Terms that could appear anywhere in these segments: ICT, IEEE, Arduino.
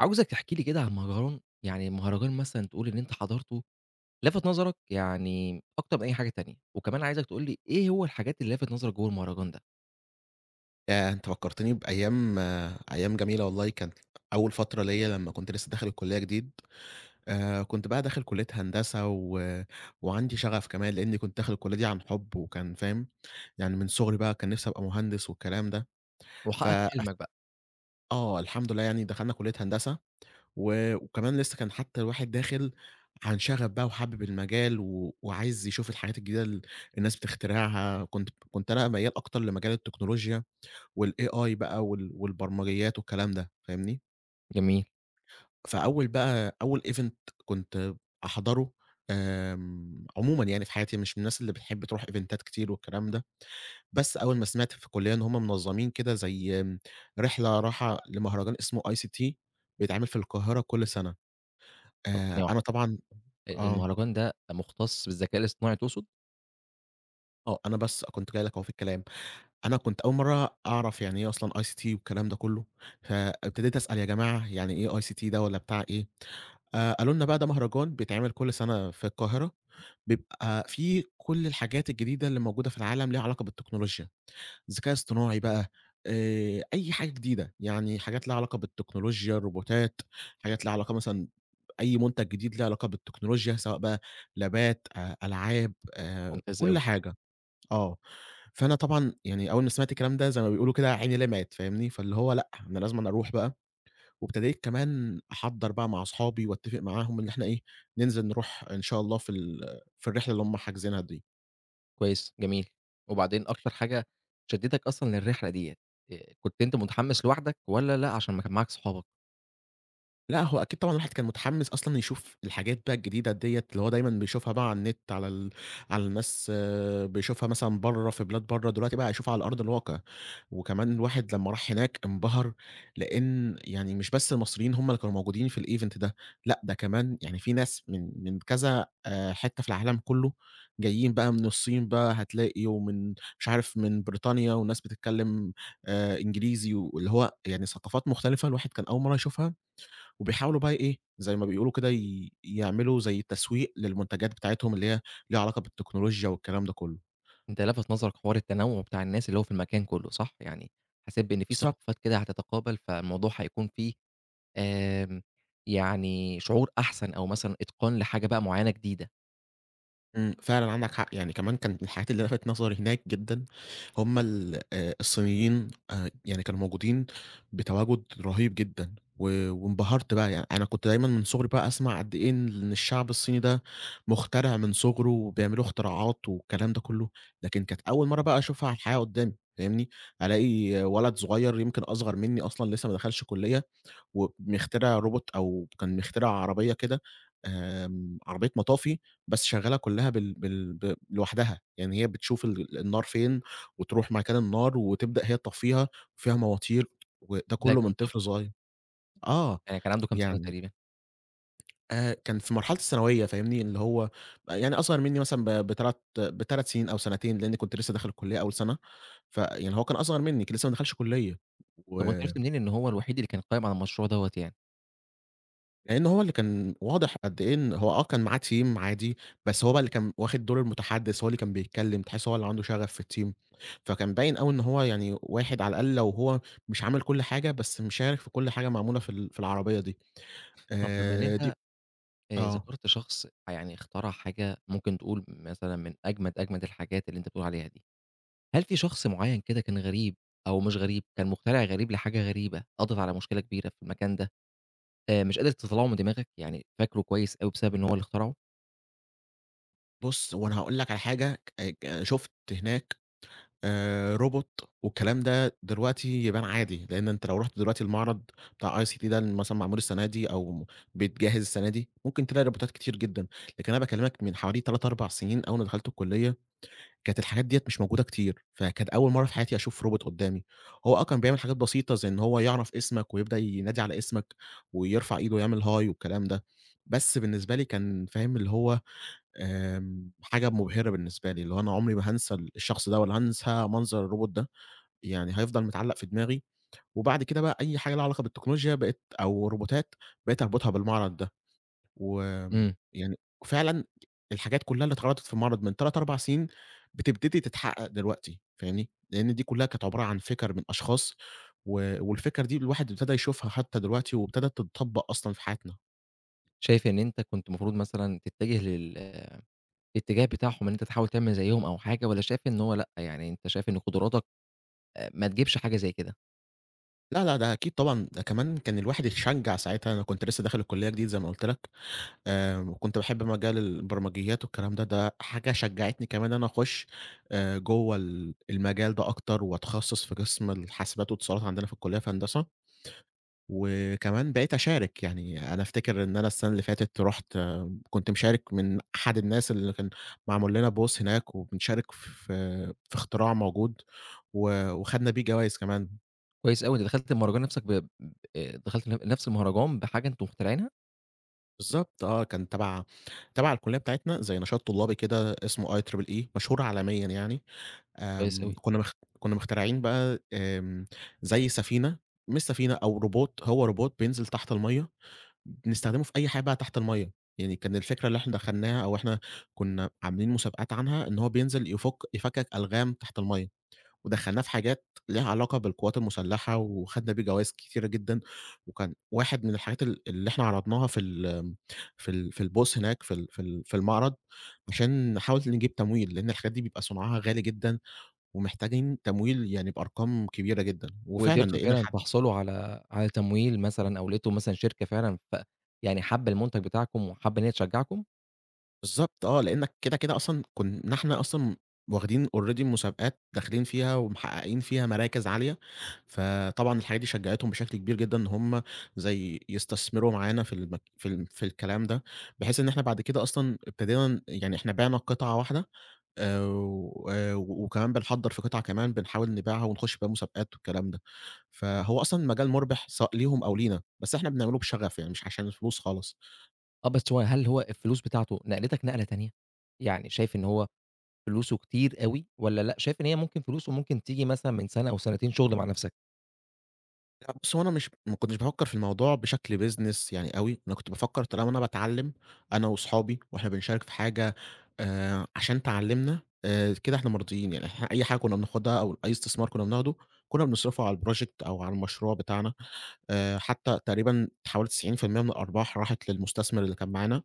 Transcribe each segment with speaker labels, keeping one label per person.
Speaker 1: عاوزك تحكي لي كده عن مهرجان، يعني مهرجان مثلًا تقول إن أنت حضرته لَفَت نظرك يعني أكتر من أي حاجة تانية، وكمان عايزك تقول لي إيه هو الحاجات اللي لَفَت نظرك جوّه المهرجان ده،
Speaker 2: ياه! أنت فكّرتني بأيام أيام جميلة والله، كانت أول فترة ليّا لمّا كنت لسه داخل الكلية جديد. كنت بقى داخل كلية هندسة و وعندي شغف كمان، لإني كنت داخل الكلية دي عن حُب وكان فاهم، يعني من صغري بقى كان نِفْسي أبقى مهندس والكلام ده. ف
Speaker 1: وحققت حلمك بقى؟
Speaker 2: آه، الحمد لله يعني دخلنا كلية هندسة و وكمان لسه كان حتى الواحد داخل عن شغف بقى وحابب المجال و وعايز يشوف الحاجات الجديدة اللي الناس بتخترعها، كنت أنا ميّال أكتر لمجال التكنولوجيا، والAI بقى والبرمجيات والكلام ده، فاهمني؟
Speaker 1: جميل.
Speaker 2: فأول بقى أول event كنت أحضره. عمومًا يعني في حياتي مش من الناس اللي بتحب تروح إيفنتات كتير والكلام ده، بس أول ما سمعت في الكلية إن هم منظمين كده زي رحلة رايحة لمهرجان اسمه ICT بيتعمل في القاهرة كل سنة.
Speaker 1: طب ثانية واحدة،
Speaker 2: أنا طبعًا آه،
Speaker 1: المهرجان ده مُختص بالذكاء الاصطناعي تقصد؟
Speaker 2: أنا بس كنت جاي لك أهو في الكلام، أنا كنت أول مرّة أعرف يعني إيه أصلًا ICT والكلام ده كله، فابتديت أسأل يا جماعة يعني إيه ICT ده والّا بتاع إيه؟ قالوا لنا بقى ده مهرجان بيتعمل كل سَنة في القاهرة، بيبقى فيه كل الحاجات الجديدة اللي موجودة في العالم ليها علاقة بالتكنولوجيا، ذكاء اصطناعي بقى، أي حاجة جديدة، يعني حاجات ليها علاقة بالتكنولوجيا، الروبوتات، حاجات ليها علاقة مثلًا أي منتج جديد ليه علاقة بالتكنولوجيا، سواء بقى لابات، ألعاب،
Speaker 1: ممتاز أوي،
Speaker 2: كل حاجة. آه. فأنا طبعًا يعني أول ما سمعت الكلام ده زي ما بيقولوا كده عيني لمعت، فاهمني؟ فاللي هو لأ، أنا لازمًا أروح بقى، وابتديت كمان أحضّر بقى مع أصحابي وأتّفق معاهم إن إحنا إيه، ننزل نروح إن شاء الله في الرحلة اللي هم حاجزينها دي.
Speaker 1: كويس، جميل. وبعدين أكتر حاجة شدّتك أصلًا للرحلة ديّة، كنت أنت متحمس لوحدك والّا لأ عشان ما كان معاك صحابك؟
Speaker 2: لأ، هو أكيد طبعًا الواحد كان متحمّس أصلًا يشوف الحاجات بقى الجديدة ديّة، اللي هو دايمًا بيشوفها بقى على النت، على الناس بيشوفها مثلًا برّه في بلاد برّه، دلوقتي بقى هيشوفها على أرض الواقع. وكمان الواحد لمّا راح هناك انبهر، لإن يعني مش بس المصريين هم اللي كانوا موجودين في الevent ده، لأ ده كمان يعني في ناس من كذا حتّة في العالم كُلّه جايين بقى من الصين بقى هتلاقي، مش عارف من بريطانيا، وناس بتتكلّم إنجليزي، واللي هو يعني ثقافات مختلفة الواحد كان أول مرّة يشوفها. وبيحاولوا بقى إيه، زي ما بيقولوا كده يعملوا زي تسويق للمنتجات بتاعتهم اللي هي ليها علاقة بالتكنولوجيا والكلام ده كله.
Speaker 1: أنت لَفَت نظرك حوار التنوُّع بتاع الناس اللي هو في المكان كُلّه صح؟ يعني حسيت بإن في
Speaker 2: بالضبط.
Speaker 1: ثقافات كده هتتقابل، فالموضوع هيكون فيه آمم، يعني شعور أحسن أو مثلًا إتقان لحاجة بقى معيّنة جديدة،
Speaker 2: فعلًا عندك حق، يعني كمان كان من الحاجات اللي لفتت نظري هناك جدًا هم ال الصينيين، يعني كانوا موجودين بتواجد رهيب جدًا، وانبهرت بقى، يعني أنا كنت دايمًا من صغري بقى أسمع قد إيه إن الشعب الصيني ده مخترع من صغره وبيعملوا اختراعات والكلام ده كله، لكن كانت أول مرة بقى أشوفها على الحقيقة قدامي، فاهمني؟ ألاقي ولد صغير يمكن أصغر مني أصلًا لسه ما دخلش كلية ومخترع روبوت أو كان مخترع عربية كده، عربية مطافي بس شغّالة كلّها بال بال ب لوحدها، يعني هي بتشوف النار فين وتروح مكان النار وتبدأ هي تطفّيها، وفيها مواتير، وده
Speaker 1: ده
Speaker 2: كلّه
Speaker 1: كان
Speaker 2: من
Speaker 1: طفل
Speaker 2: طفل صغيّر. آه.
Speaker 1: يعني كان عنده كام سَنة
Speaker 2: يعني
Speaker 1: تقريبًا؟
Speaker 2: كان في مرحلة الثانوية فاهمني، اللي هو يعني أصغر منّي مثلًا ب ب3 ب3 سنين أو سنتين، لإنّي كنت لسّه داخل الكلّية أول سَنة، فيعني هو كان أصغر منّي، كان لسّه ما دخلش كلّية. و
Speaker 1: طب وأنت عرفت منين إن هو الوحيد اللي كان قايم على المشروع دوّة يعني؟
Speaker 2: لإن هو اللي كان واضح قد إيه إن هو كان معاه team عادي، بس هو بقى اللي كان واخد دور المتحدث، هو اللي كان بيتكلّم، تحس هو اللي عنده شغف في الteam، فكان باين أوي إن هو يعني واحد على الأقل لو هو مش عامل كل حاجة، بس مشارك في كل حاجة معمولة في العربية دي.
Speaker 1: طب بما إن
Speaker 2: آآ
Speaker 1: أنت
Speaker 2: دي آه.
Speaker 1: ذكرت شخص يعني اخترع حاجة ممكن تقول مثلًا من أجمد، أجمد الحاجات اللي أنت بتقول عليها دي، هل في شخص معيّن كده كان غريب أو مش غريب، كان مخترع غريب لحاجة غريبة قضت على مشكلة كبيرة في المكان ده، مش قادر تطلّعه من دماغك، يعني فاكره كويس أوي بسبب إن هو اللي اخترعه؟
Speaker 2: بُص، هو أنا هاقول لك على حاجة ك ك شُفت هناك روبوت، والكلام ده دلوقتي يبان عادي، لإن أنت لو رُحت دلوقتي المعرض بتاع ICT ده اللي مثلًا معمول السنة دي أو بيتجهّز السنة دي، ممكن تلاقي روبوتات كتير جدًا، لكن أنا باكلمك من حوالي 3، 4 سنين أول ما دخلت الكلية، كانت الحاجات ديّة مش موجودة كتير، فكانت أول مرّة في حياتي أشوف روبوت قدّامي. هو كان بيعمل حاجات بسيطة زي إن هو يعرف اسمك ويبدأ ينادي على اسمك ويرفع إيده ويعمل هاي والكلام ده، بس بالنسبة لي كان فاهم اللي هو حاجة مبهرة بالنسبة لي، اللي هو أنا عمري ما هانسى الشخص ده ولا هانسى منظر الروبوت ده، يعني هيفضل متعلّق في دماغي، وبعد كده بقى أي حاجة ليها علاقة بالتكنولوجيا بقيت أو روبوتات، بقيت أربطها بالمعرض ده،
Speaker 1: إمم،
Speaker 2: يعني فعلًا الحاجات كلّها اللي اتعرضت في المعرض من 3، 4 سنين بتبتدي تتحقق دلوقتي، فاهمني؟ لإن دي كلّها كانت عبارة عن فِكَر من أشخاص، والفِكَر دي الواحد ابتدى يشوفها حتى دلوقتي وابتدت تتطبّق أصلًا في حياتنا.
Speaker 1: شايف إن أنت كنت المفروض مثلًا تتجه لل الاتجاه بتاعهم إن أنت تحاول تعمل زيّهم أو حاجة والّا شايف إن هو لأ، يعني أنت شايف إن قدراتك ما تجيبش حاجة زي كده؟
Speaker 2: لا، لا، ده أكيد طبعًا، ده كمان كان الواحد اتشجّع ساعتها، أنا كنت لسه داخل الكلية جديد زي ما قُلت لك، وكنت باحب مجال البرمجيات والكلام ده، ده حاجة شجّعتني كمان إن أنا أخُش جوّه المجال ده أكتر وأتخصّص في قسم الحاسبات واتصالات عندنا في الكلية في هندسة، وكمان بقيت أشارك، يعني أنا أفتكر إن أنا السنة اللي فاتت رُحت كنت مشارك من أحد الناس اللي كان معمول لنا بوث هناك وبنشارك في اختراع موجود، وخدنا بيه جوايز كمان.
Speaker 1: كويس أوي، أنت دخلت المهرجان نَفْسك ب ب دخلت نَفْس المهرجان بحاجة أنتم مخترعينها؟
Speaker 2: بالضبط آه، كان تبع الكلية بتاعتنا زي نشاط طلابي كده اسمه IEEE مشهور عالميًا يعني.
Speaker 1: كويس
Speaker 2: آمم
Speaker 1: أوي،
Speaker 2: كنا مخ كنا مخترعين بقى، زي سفينة، مش سفينة أو روبوت، هو روبوت بينزل تحت المَيّة، بنستخدمه في أي حاجة بقى تحت المَيّة، يعني كان الفكرة اللي إحنا دخلناها أو إحنا كنا عاملين مسابقات عنها إن هو بينزل يفكك ألغام تحت المَيّة. ودخّلناه في حاجات ليها علاقة بالقوات المسلحة، وخدنا بيه جوايز كتيرة جدًا، وكان واحد من الحاجات اللي إحنا عرضناها في الBooth هناك في المعرض، عشان نحاول نجيب تمويل، لإن الحاجات دي بيبقى صنعها غالي جدًا، ومحتاجين تمويل يعني بأرقام كبيرة جدًا، وفعلًا
Speaker 1: وقدرتوا
Speaker 2: لقينا
Speaker 1: فعلًا
Speaker 2: حد.
Speaker 1: تحصلوا على تمويل مثلًا أو لقيتوا مثلًا شركة فعلًا ف يعني حابّة المنتج بتاعكم وحابّة إن هي تشجّعكم؟
Speaker 2: بالضبط آه، لإنّك كده أصلًا كُنّا إحنا أصلًا واخدين already مسابقات داخلين فيها ومحققين فيها مراكز عالية، فطبعًا الحاجات دي شجّعتهم بشكل كبير جدًا إن هم زي يستثمروا معانا في المك في ال في الكلام ده، بحيث إن إحنا بعد كده أصلًا ابتدينا يعني إحنا بِعنا قطعة واحدة، و وكمان بنحضّر في قطعة كمان بنحاول نبيعها ونخش بيها مسابقات والكلام ده، فهو أصلًا مجال مُربح سواء ليهم أو لينا، بس إحنا بنعمله بشغف يعني مش عشان الفلوس خالص.
Speaker 1: آه، بس هو هل هو الفلوس بتاعته نقلتك نقلة تانية؟ يعني شايف إن هو فلوسه كتير أوي والّا لأ، شايف إن هي ممكن فلوسه ممكن تيجي مثلًا من سَنة أو سنتين شُغل مع نَفْسك؟
Speaker 2: لأ بُص، هو أنا مش ما كنتش بافكّر في الموضوع بشكل business يعني أوي، أنا كنت بافكّر طالما أنا باتعلّم أنا وأصحابي وإحنا بنشارك في حاجة عشان تعلّمنا كده إحنا مرضيين، يعني إحنا أي حاجة كنّا بناخدها أو أي استثمار كنّا بناخده كنّا بنصرفه على الproject أو على المشروع بتاعنا. حتّى تقريبًا حوالي 90% من الأرباح راحت للمستثمر اللي كان معانا،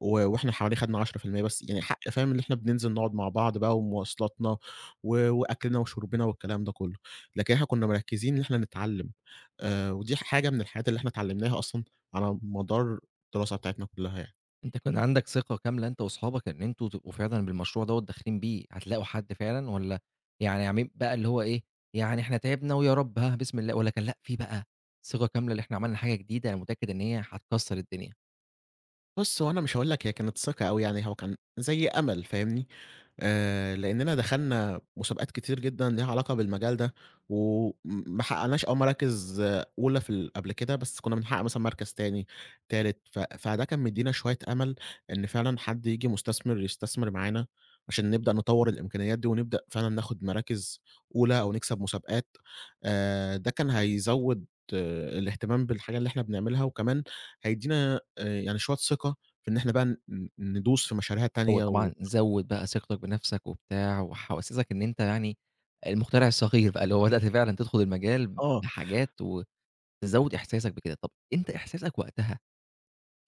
Speaker 2: وإحنا حوالي خدنا 10% بس، يعني حق فاهم اللي إحنا بننزل نقعد مع بعض بقى ومواصلاتنا وأكلنا وشربنا والكلام ده كلّه، لكن إحنا كنا مركّزين إن إحنا نتعلّم. ودي حاجة من الحاجات اللي إحنا اتعلّمناها أصلًا على مدار الدراسة بتاعتنا كلّها يعني.
Speaker 1: أنت كان عندك ثقة كاملة أنت وأصحابك إن أنتم تبقوا فعلًا بالمشروع دوّة داخلين بيه، هتلاقوا حد فعلًا والّا يعني عاملين بقى اللي هو إيه، يعني إحنا تعبنا ويا رب ها بسم الله، والّا كان لأ في بقى ثقة كاملة اللي إحنا عملنا حاجة جديدة أنا متأكد إن هي هتكسّر الدنيا؟
Speaker 2: بس هو أنا مش هاقول لك هي كانت ثقة أوي يعني، هو كان زي أمل فاهمني؟ لإننا دخلنا مسابقات كتير جدًا ليها علاقة بالمجال ده، ما حققناش مراكز أولى في ال قبل كده، بس كنا بنحقق مثلًا مركز تاني، تالت، فده كان مدينا شوية أمل إن فعلًا حد ييجي مستثمر يستثمر معانا، عشان نبدأ نطوّر الإمكانيات دي، ونبدأ فعلًا ناخد مراكز أولى أو نكسب مسابقات. ده كان هيزوّد الاهتمام بالحاجة اللي إحنا بنعملها، وكمان هيدينا، يعني شوية ثقة في إن إحنا بقى ندوس في مشاريع
Speaker 1: هو
Speaker 2: تانية.
Speaker 1: طبعًا زوّد بقى ثقتك بنفسك وبتاع وحوّسِسك إن أنت يعني المخترع الصغير بقى، اللي هو بدأت فعلًا تدخل المجال
Speaker 2: آه.
Speaker 1: بحاجات وتزوّد إحساسك بكده، طَب أنت إحساسك وقتها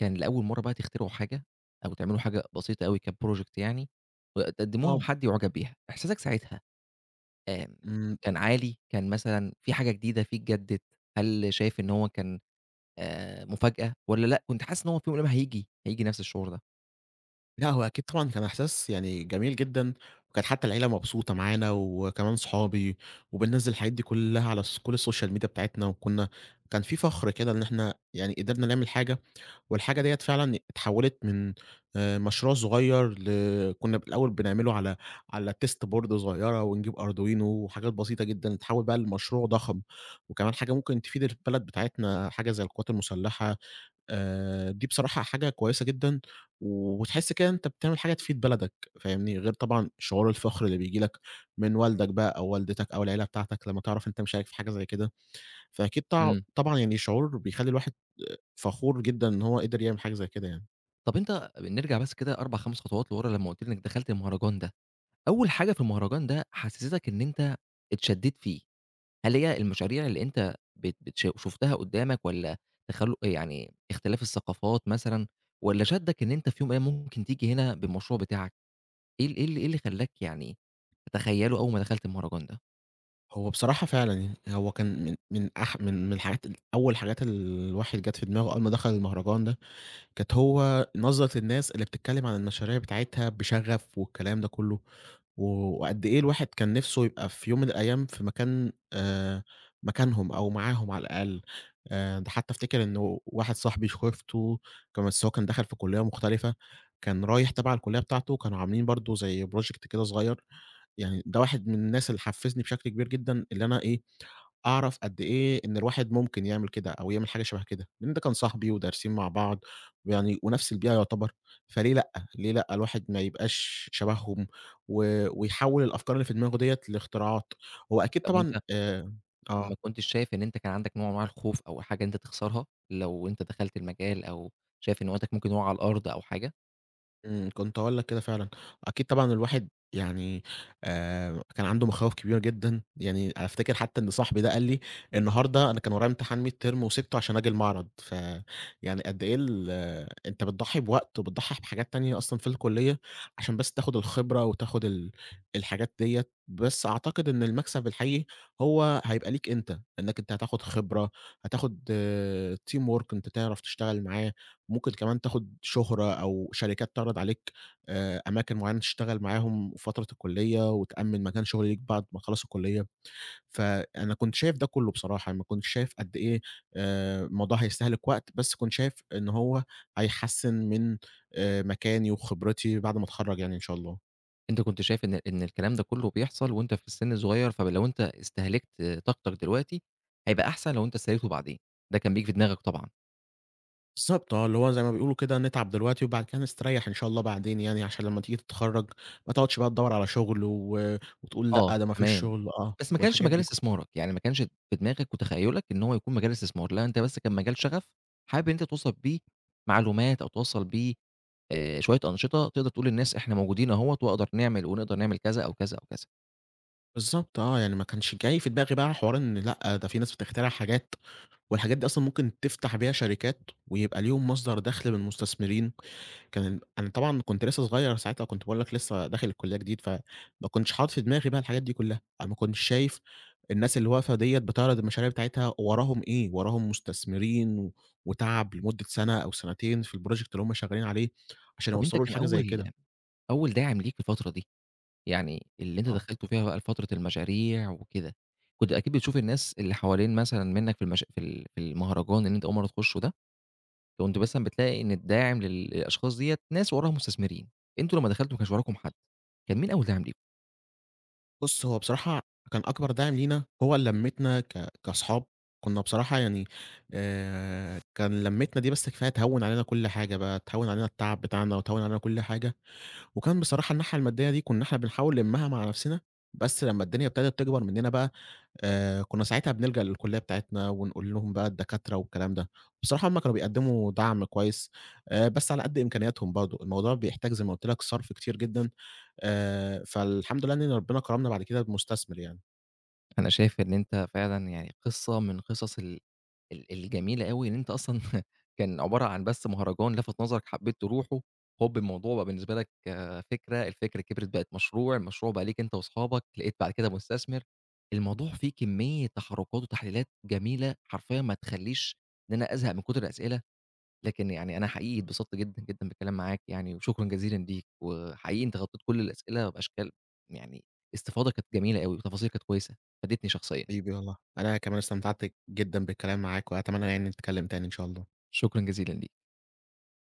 Speaker 1: كان لأول مرّة بقى تخترعوا حاجة أو تعملوا حاجة بسيطة أوي كproject يعني وتقدموها
Speaker 2: آه.
Speaker 1: وحد يُعجب بيها، إحساسك ساعتها آمم،
Speaker 2: إمم.
Speaker 1: كان عالي، كان مثلًا في حاجة جديدة، في اتجدد، هل شايف إن هو كان مفاجأة والّا لأ كنت حاسس إن هو في يوم من الأيام هييجي، نفس الشعور ده؟
Speaker 2: لأ هو أكيد طبعًا كان إحساس يعني جميل جدًا، وكانت حتى العيلة مبسوطة معانا وكمان صحابي، وبننزّل الحاجات دي كلّها على كل الSocial media بتاعتنا، كان في فخر كده إن إحنا يعني قدرنا نعمل حاجة، والحاجة ديّة فعلًا اتحوّلت من مشروع صغير كنا بالأول بنعمله على test board صغيرة ونجيب Arduino وحاجات بسيطة جدًا، اتحوّل بقى لمشروع ضخم، وكمان حاجة ممكن تفيد البلد بتاعتنا، حاجة زي القوات المسلحة. دي بصراحة حاجة كويسة جدًا، وتحس كده إن أنت بتعمل حاجة تفيد بلدك فاهمني، غير طبعًا شعور الفخر اللي بييجي لك من والدك بقى أو والدتك أو العيلة بتاعتك لمّا تعرف أنت مشارك في حاجة زي كده، فأكيد طع
Speaker 1: إمم.
Speaker 2: طبعًا يعني شعور بيخلّي الواحد فخور جدًا إن هو قدر يعمل حاجة زي كده يعني.
Speaker 1: طب أنت نرجع بس كده 4، 5 خطوات لورا لمّا قُلت لي إنك دخلت المهرجان ده، أول حاجة في المهرجان ده حسستك إن أنت اتشدّيت فيه. هل هي المشاريع اللي أنت بت بتش شُفتها قدّامك والّا تخلُّ يعني اختلاف الثقافات مثلًا والّا شدّك إن أنت في يوم من الأيام ممكن تيجي هنا بالمشروع بتاعك؟ إيه اللي خلّاك يعني تتخيّله أول ما دخلت المهرجان ده؟
Speaker 2: هو بصراحة فعلًا يعني هو كان من من أح من من الحاجات، أول حاجات الواحد جات في دماغه أول ما دخل المهرجان ده كانت هو نظرة الناس اللي بتتكلم عن المشاريع بتاعتها بشغف والكلام ده كله، و وقد إيه الواحد كان نفسه يبقى في يوم من الأيام في مكان مكانهم أو معاهم على الأقل. ده حتى أفتكر إنه واحد صاحبي شُفته، كان بس هو كان دخل في كلية مختلفة، كان رايح تبع الكلية بتاعته كانوا عاملين برضه زي project كده صغير، يعني ده واحد من الناس اللي حفزني بشكل كبير جدًا، اللي أنا إيه، أعرف قد إيه إن الواحد ممكن يعمل كده أو يعمل حاجة شبه كده، لإن ده كان صاحبي ودارسين مع بعض يعني ونفس البيئة يعتبر، فليه لأ، ليه لأ الواحد ما يبقاش شبههم ويحوّل الأفكار اللي في دماغه ديّة لاختراعات، هو أكيد
Speaker 1: طب وأنت
Speaker 2: طبعًا.
Speaker 1: ما
Speaker 2: آه.
Speaker 1: كنتش شايف إن أنت كان عندك نوع من أنواع الخوف أو حاجة أنت تخسرها لو أنت دخلت المجال أو شايف إن وقتك ممكن يقع على الأرض أو حاجة؟
Speaker 2: إمم. كنت هاقول لك كده فعلًا، أكيد طبعًا الواحد يعني كان عنده مخاوف كبيرة جدًا، يعني أفتكر حتى إن صاحبي ده قال لي: "النهارده أنا كان ورايا امتحان midterm وسِبته عشان آجي المعرض." يعني قد إيه ال آه، أنت بتضحي بوقت وبتضحي بحاجات تانية أصلًا في الكلية، عشان بس تاخد الخبرة وتاخد الحاجات ديّة، بس أعتقد إن المكسب الحقيقي هو هيبقى ليك أنت، إنك أنت هتاخد خبرة، هتاخد teamwork أنت تعرف تشتغل معاه، ممكن كمان تاخد شهرة أو شركات تعرض عليك أماكن معينة تشتغل معاهم فترة الكلية، وتأمِّن مكان شغل ليك بعد ما تخلّص الكلية، فأنا كنت شايف ده كُلّه بصراحة، ما كنتش شايف قد إيه الموضوع هيستهلك وقت، بس كنت شايف إن هو هيحسّن من مكاني وخبرتي بعد ما أتخرّج يعني إن شاء الله.
Speaker 1: أنت كنت شايف إن الكلام ده كُلّه بيحصل وأنت في السِن الصغير، فلو أنت استهلكت طاقتك دلوقتي هيبقى أحسن لو أنت استهلكته بعدين، ده كان بييجي في دماغك طبعًا.
Speaker 2: بالضبط آه، اللي هو زي ما بيقولوا كده نتعب دلوقتي وبعد كده نستريّح إن شاء الله بعدين يعني عشان لمّا تيجي تتخرّج ما تقعدش بقى تدوّر على شغل، وتقول
Speaker 1: آه،
Speaker 2: لأ، ده ما فيش
Speaker 1: تمام.
Speaker 2: شغل
Speaker 1: بس ما كانش
Speaker 2: والحاجات
Speaker 1: مجال
Speaker 2: دي.
Speaker 1: استثمارك، يعني ما كانش في دماغك وتخيُّلك إن هو يكون مجال استثمار، لأ أنت بس كان مجال شغف حابب إن أنت توصّل بيه معلومات أو توصّل بيه شوية أنشطة تقدر تقول للناس إحنا موجودين أهوّة وأقدر نعمل ونقدر نعمل كذا أو كذا أو كذا.
Speaker 2: بالضبط آه، يعني ما كانش جاي في دماغي بقى حوار إن لأ، ده في ناس بتخترع حاجات والحاجات دي أصلًا ممكن تفتح بيها شركات ويبقى ليهم مصدر دخل من المستثمرين، كان أنا طبعًا كنت لسه صغير ساعتها كنت باقول لك لسه داخل الكلية جديد، فما كنتش حاطط في دماغي بقى الحاجات دي كلها، أنا ما كنتش شايف الناس اللي واقفة ديّة بتعرض المشاريع بتاعتها وراهم إيه، وراهم مستثمرين، وتعب لمدة سنة أو سنتين في الproject اللي هم شغالين عليه عشان
Speaker 1: طَب أنت
Speaker 2: يوصلوا
Speaker 1: كان
Speaker 2: لحاجة زي كده.
Speaker 1: أول داعم ليك في الفترة دي، يعني اللي أنت
Speaker 2: آه.
Speaker 1: دخلته فيها بقى لفترة المشاريع وكده، كنت أكيد بتشوف الناس اللي حوالين مثلًا منّك في المشا في ال في المهرجان اللي أنت أول مرّة تخُشه ده؟ كنت مثلًا بتلاقي إن الداعم للأشخاص ديّة ناس وراها مستثمرين، أنتم لمّا دخلتوا ما كانش وراكم حد، كان مين أول داعم ليكم؟
Speaker 2: بُص، هو بصراحة كان أكبر داعم لينا هو لمّتنا كأصحاب، كنا بصراحة يعني كان لمّتنا دي بس كفاية تهوّن علينا كل حاجة بقى، تهوّن علينا التعب بتاعنا وتهوّن علينا كل حاجة، وكان بصراحة الناحية المادية دي كنا إحنا بنحاول نلمّها مع نفسنا، بس لمّا الدنيا ابتدت تكبر مننا بقى، كنا ساعتها بنلجأ للكلية بتاعتنا ونقول لهم بقى الدكاترة والكلام ده، بصراحة هُم كانوا بيقدموا دعم كويس، بس على قد إمكانياتهم برضه، الموضوع بيحتاج زي ما قُلت لك صرف كتير جدًا. فالحمد لله إن ربنا كرمنا بعد كده بمستثمر يعني.
Speaker 1: أنا شايف إن أنت فعلًا يعني قصة من قصص ال ال الجميلة أوي إن أنت أصلًا كان عبارة عن بس مهرجان لفت نظرك حبيت تروحه، هوب الموضوع بقى بالنسبة لك فكرة، الفكرة كبرت بقت مشروع، المشروع بقى ليك أنت وأصحابك، لقيت بعد كده مستثمر، الموضوع فيه كمية تحركات وتحليلات جميلة حرفيًا ما تخلّيش إن أنا أزهق من كتر الأسئلة لكن يعني أنا حقيقي اتبسطت جدًا، جدًا بالكلام معاك يعني، وشكرًا جزيلًا ليك، وحقيقي أنت غطيت كل الأسئلة بأشكال يعني استفاضة كانت جميلة أوي، وتفاصيل كانت كويسة، فادتني شخصيًا،
Speaker 2: حبيبي والله، أنا كمان استمتعت جدًا بالكلام معاك وأتمنى يعني نتكلم تاني إن شاء الله.
Speaker 1: شكرًا جزيلًا ليك.